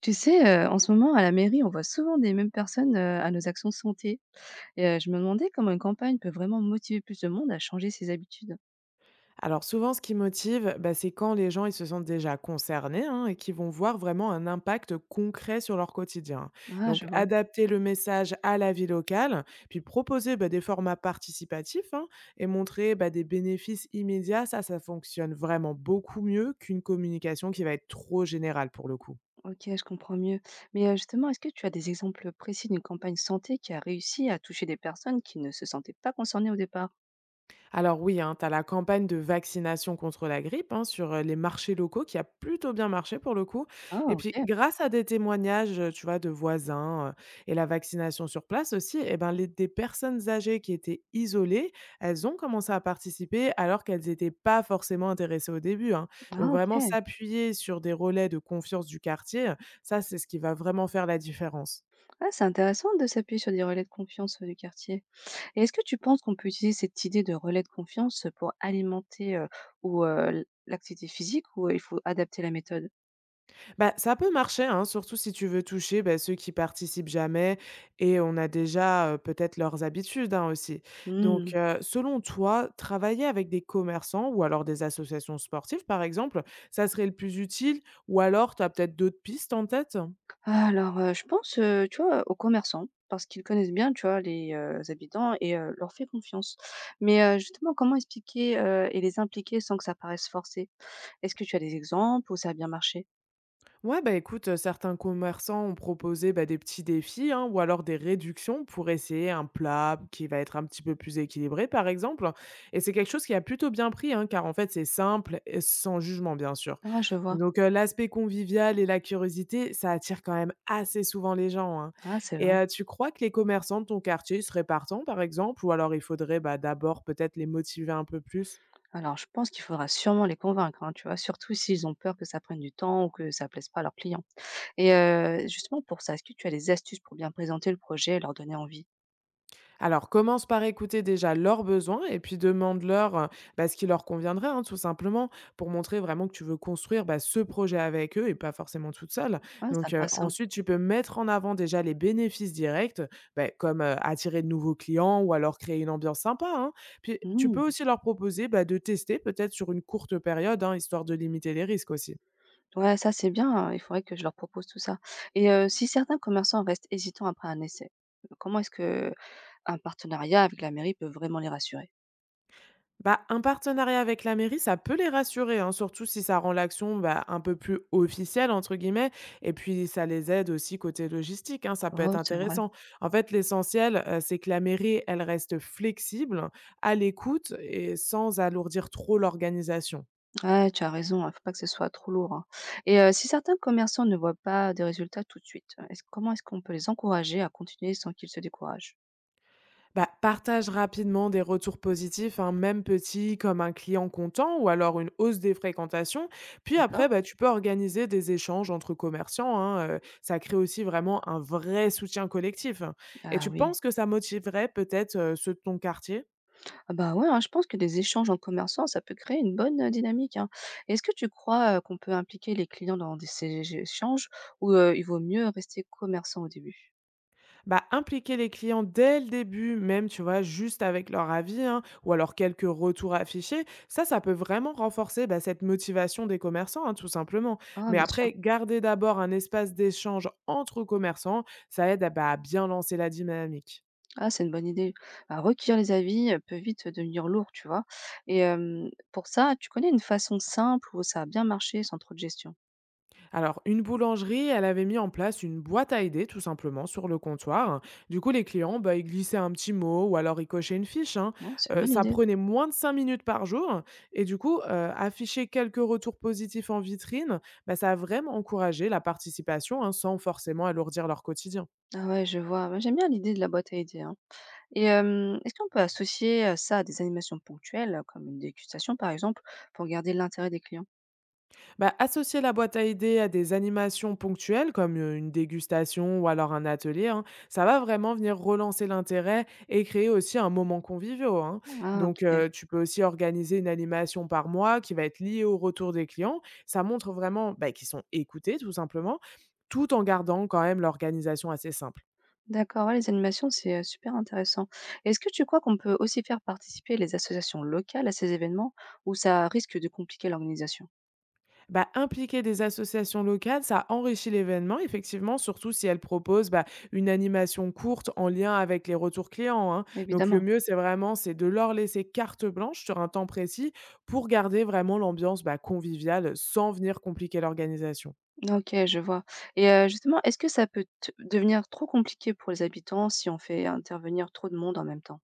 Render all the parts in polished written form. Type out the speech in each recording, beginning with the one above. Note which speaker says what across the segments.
Speaker 1: Tu sais, en ce moment à la mairie, on voit souvent des mêmes personnes, à nos actions santé et je me demandais comment une campagne peut vraiment motiver plus de monde à changer ses habitudes.
Speaker 2: Alors souvent, ce qui motive, bah, c'est quand les gens ils se sentent déjà concernés hein, et qui vont voir vraiment un impact concret sur leur quotidien.
Speaker 1: Ah,
Speaker 2: Donc
Speaker 1: je vois.
Speaker 2: adapter le message à la vie locale, puis proposer bah, des formats participatifs hein, et montrer bah, des bénéfices immédiats, ça fonctionne vraiment beaucoup mieux qu'une communication qui va être trop générale pour le coup.
Speaker 1: OK, je comprends mieux. Mais justement, est-ce que tu as des exemples précis d'une campagne santé qui a réussi à toucher des personnes qui ne se sentaient pas concernées au départ?
Speaker 2: Alors oui, hein, tu as la campagne de vaccination contre la grippe hein, sur les marchés locaux qui a plutôt bien marché pour le coup.
Speaker 1: Ah
Speaker 2: Et puis
Speaker 1: OK.
Speaker 2: grâce à des témoignages, tu vois, de voisins et la vaccination sur place aussi, eh ben, les, des personnes âgées qui étaient isolées, elles ont commencé à participer alors qu'elles n'étaient pas forcément intéressées au début, hein. Donc
Speaker 1: Ah
Speaker 2: vraiment
Speaker 1: OK.
Speaker 2: s'appuyer sur des relais de confiance du quartier, ça c'est ce qui va vraiment faire la différence.
Speaker 1: Ah, c'est intéressant de s'appuyer sur des relais de confiance, du quartier et est-ce que tu penses qu'on peut utiliser cette idée de relais de confiance pour alimenter, ou l'activité physique ou il faut adapter la méthode?
Speaker 2: Bah, ça peut marcher, hein, surtout si tu veux toucher, bah, ceux qui participent jamais et on a déjà, peut-être leurs habitudes, hein, aussi. Donc,
Speaker 1: Mmh.
Speaker 2: selon toi, travailler avec des commerçants ou alors des associations sportives, par exemple, ça serait le plus utile? Ou alors tu as peut-être d'autres pistes en tête?
Speaker 1: Alors, je pense, tu vois, aux commerçants, parce qu'ils connaissent bien, tu vois, les, habitants et leur fait confiance. Mais, justement, comment expliquer, et les impliquer sans que ça paraisse forcé? Est-ce que tu as des exemples où ça a bien marché?
Speaker 2: Ouais, bah écoute, certains commerçants ont proposé bah, des petits défis hein, ou alors des réductions pour essayer un plat qui va être un petit peu plus équilibré, par exemple. Et c'est quelque chose qui a plutôt bien pris, hein, car en fait, c'est simple et sans jugement, bien sûr.
Speaker 1: Ah, je vois.
Speaker 2: Donc, l'aspect convivial et la curiosité, ça attire quand même assez souvent les gens, hein.
Speaker 1: Ah, c'est
Speaker 2: Et
Speaker 1: vrai.
Speaker 2: tu crois que les commerçants de ton quartier seraient partants, par exemple, ou alors il faudrait bah, d'abord peut-être les motiver un peu plus.
Speaker 1: Alors, je pense qu'il faudra sûrement les convaincre, hein, tu vois, surtout s'ils ont peur que ça prenne du temps ou que ça plaise pas à leurs clients. Et justement pour ça, est-ce que tu as des astuces pour bien présenter le projet et leur donner envie?
Speaker 2: Alors, commence par écouter déjà leurs besoins et puis demande-leur bah, ce qui leur conviendrait, hein, tout simplement, pour montrer vraiment que tu veux construire bah, ce projet avec eux et pas forcément toute seule.
Speaker 1: Ah, c'est
Speaker 2: Donc,
Speaker 1: intéressant.
Speaker 2: ensuite, tu peux mettre en avant déjà les bénéfices directs, bah, comme attirer de nouveaux clients ou alors créer une ambiance sympa, hein. Puis, tu peux
Speaker 1: Mmh.
Speaker 2: aussi leur proposer bah, de tester peut-être sur une courte période, hein, histoire de limiter les risques aussi.
Speaker 1: Ouais, ça c'est bien, il faudrait que je leur propose tout ça et si certains commerçants restent hésitants après un essai, comment est-ce que un partenariat avec la mairie peut vraiment les rassurer?
Speaker 2: Bah, un partenariat avec la mairie, ça peut les rassurer, hein, surtout si ça rend l'action bah, un peu plus officielle, entre guillemets, et puis ça les aide aussi côté logistique, hein, ça peut être
Speaker 1: Oh, c'est vrai.
Speaker 2: intéressant. En fait, l'essentiel, c'est que la mairie, elle reste flexible, à l'écoute et sans alourdir trop l'organisation.
Speaker 1: Ouais, tu as raison, hein, faut pas que ce soit trop lourd, hein et si certains commerçants ne voient pas des résultats tout de suite, est-ce comment est-ce qu'on peut les encourager à continuer sans qu'ils se découragent?
Speaker 2: Bah, partage rapidement des retours positifs, hein, même petits, comme un client content ou alors une hausse des fréquentations. Puis
Speaker 1: D'accord.
Speaker 2: après, bah, tu peux organiser des échanges entre commerciants, hein, ça crée aussi vraiment un vrai soutien collectif. Et
Speaker 1: Ah
Speaker 2: tu
Speaker 1: oui.
Speaker 2: penses que ça motiverait peut-être ceux de ton quartier.
Speaker 1: Ah bah, ouais, hein, je pense que des échanges en commerçant, ça peut créer une bonne, dynamique, hein. Est-ce que tu crois, qu'on peut impliquer les clients dans des ces échanges ou, il vaut mieux rester commerçant au début?
Speaker 2: Bah, impliquer les clients dès le début, même, tu vois, juste avec leur avis, hein, ou alors quelques retours affichés, ça peut vraiment renforcer bah, cette motivation des commerçants, hein, tout simplement.
Speaker 1: Ah
Speaker 2: Mais
Speaker 1: bien sûr.
Speaker 2: après, garder d'abord un espace d'échange entre commerçants, ça aide à bah, à bien lancer la dynamique.
Speaker 1: Ah, c'est une bonne idée. Bah, recueillir les avis, peut vite devenir lourd, tu vois? Et hem, pour ça, tu connais une façon simple où ça a bien marché sans trop de gestion?
Speaker 2: Alors, une boulangerie, elle avait mis en place une boîte à idées, tout simplement, sur le comptoir, hein. Du coup, les clients, bah, ils glissaient un petit mot ou alors ils cochaient une fiche, hein.
Speaker 1: Oh, c'est une bonne
Speaker 2: Ça
Speaker 1: idée.
Speaker 2: prenait moins de 5 minutes par jour. Et du coup, afficher quelques retours positifs en vitrine, bah, ça a vraiment encouragé la participation hein, sans forcément alourdir leur quotidien.
Speaker 1: Ah ouais, je vois. Ouais, j'aime bien l'idée de la boîte à idées, hein. Et hem, est-ce qu'on peut associer, ça à des animations ponctuelles, comme une dégustation par exemple, pour garder l'intérêt des clients?
Speaker 2: Bah, associer la boîte à idées à des animations ponctuelles, comme une dégustation ou alors un atelier, hein, ça va vraiment venir relancer l'intérêt et créer aussi un moment convivial, hein.
Speaker 1: Ah
Speaker 2: Donc,
Speaker 1: OK.
Speaker 2: tu peux aussi organiser une animation par mois qui va être liée au retour des clients. Ça montre vraiment bah, qu'ils sont écoutés, tout simplement, tout en gardant quand même l'organisation assez simple.
Speaker 1: D'accord, ouais, les animations, c'est super intéressant. Est-ce que tu crois qu'on peut aussi faire participer les associations locales à ces événements ou ça risque de compliquer l'organisation?
Speaker 2: Bah, impliquer des associations locales, ça enrichit l'événement, effectivement, surtout si elles proposent bah, une animation courte en lien avec les retours clients, hein. Donc le
Speaker 1: Évidemment.
Speaker 2: mieux, c'est vraiment c'est de leur laisser carte blanche sur un temps précis pour garder vraiment l'ambiance bah, conviviale sans venir compliquer l'organisation.
Speaker 1: OK, je vois et justement, est-ce que ça peut t devenir trop compliqué pour les habitants si on fait intervenir trop de monde en même temps?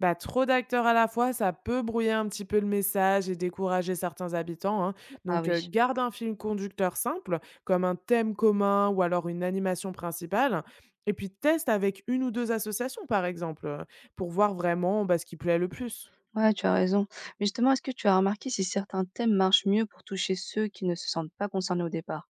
Speaker 2: Bah, trop d'acteurs à la fois, ça peut brouiller un petit peu le message et décourager certains habitants, hein.
Speaker 1: Ah
Speaker 2: Donc,
Speaker 1: oui.
Speaker 2: garde un film conducteur simple, comme un thème commun ou alors une animation principale. Et puis, teste avec une ou deux associations, par exemple, pour voir vraiment bah, ce qui plaît le plus.
Speaker 1: Ouais, tu as raison. Mais justement, est-ce que tu as remarqué si certains thèmes marchent mieux pour toucher ceux qui ne se sentent pas concernés au départ?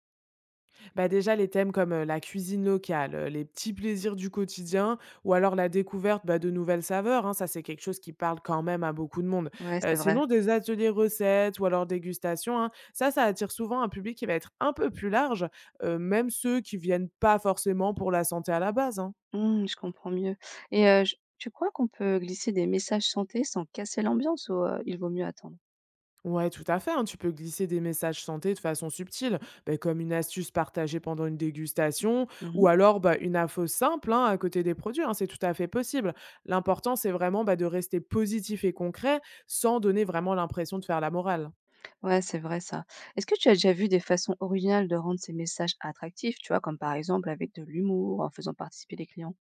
Speaker 2: Bah, déjà, les thèmes comme la cuisine locale, les petits plaisirs du quotidien, ou alors la découverte bah, de nouvelles saveurs, hein, ça c'est quelque chose qui parle quand même à beaucoup de monde.
Speaker 1: Ouais, c'est vrai.
Speaker 2: Sinon, des ateliers recettes ou alors dégustation, hein, ça attire souvent un public qui va être un peu plus large, même ceux qui viennent pas forcément pour la santé à la base, hein.
Speaker 1: Mmh, je comprends mieux et j tu crois qu'on peut glisser des messages santé sans casser l'ambiance ou il vaut mieux attendre?
Speaker 2: Ouais, tout à fait, hein, tu peux glisser des messages santé de façon subtile, ben, comme une astuce partagée pendant une dégustation, ou
Speaker 1: Mmh.
Speaker 2: alors bah, une info simple hein, à côté des produits, hein, c'est tout à fait possible. L'important, c'est vraiment bah, de rester positif et concret sans donner vraiment l'impression de faire la morale.
Speaker 1: Ouais, c'est vrai ça. Est-ce que tu as déjà vu des façons originales de rendre ces messages attractifs, tu vois? Comme par exemple avec de l'humour, en faisant participer les clients.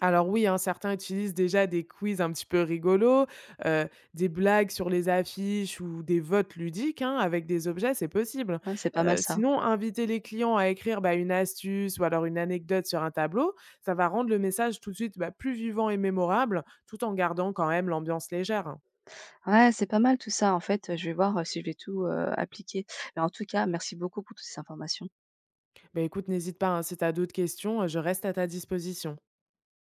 Speaker 2: Alors oui, hein, certains utilisent déjà des quiz un petit peu rigolos, euh, des blagues sur les affiches ou des votes ludiques hein, avec des objets, c'est possible.
Speaker 1: Ouais, c'est pas mal ça.
Speaker 2: Sinon, inviter les clients à écrire bah, une astuce ou alors une anecdote sur un tableau, ça va rendre le message tout de suite bah, plus vivant et mémorable, tout en gardant quand même l'ambiance légère, hein.
Speaker 1: Ouais, c'est pas mal tout ça. En fait, je vais voir, si je vais tout, appliquer. Mais en tout cas, merci beaucoup pour toutes ces informations.
Speaker 2: Bah, écoute, n'hésite pas, hein, si tu as d'autres questions, je reste à ta disposition.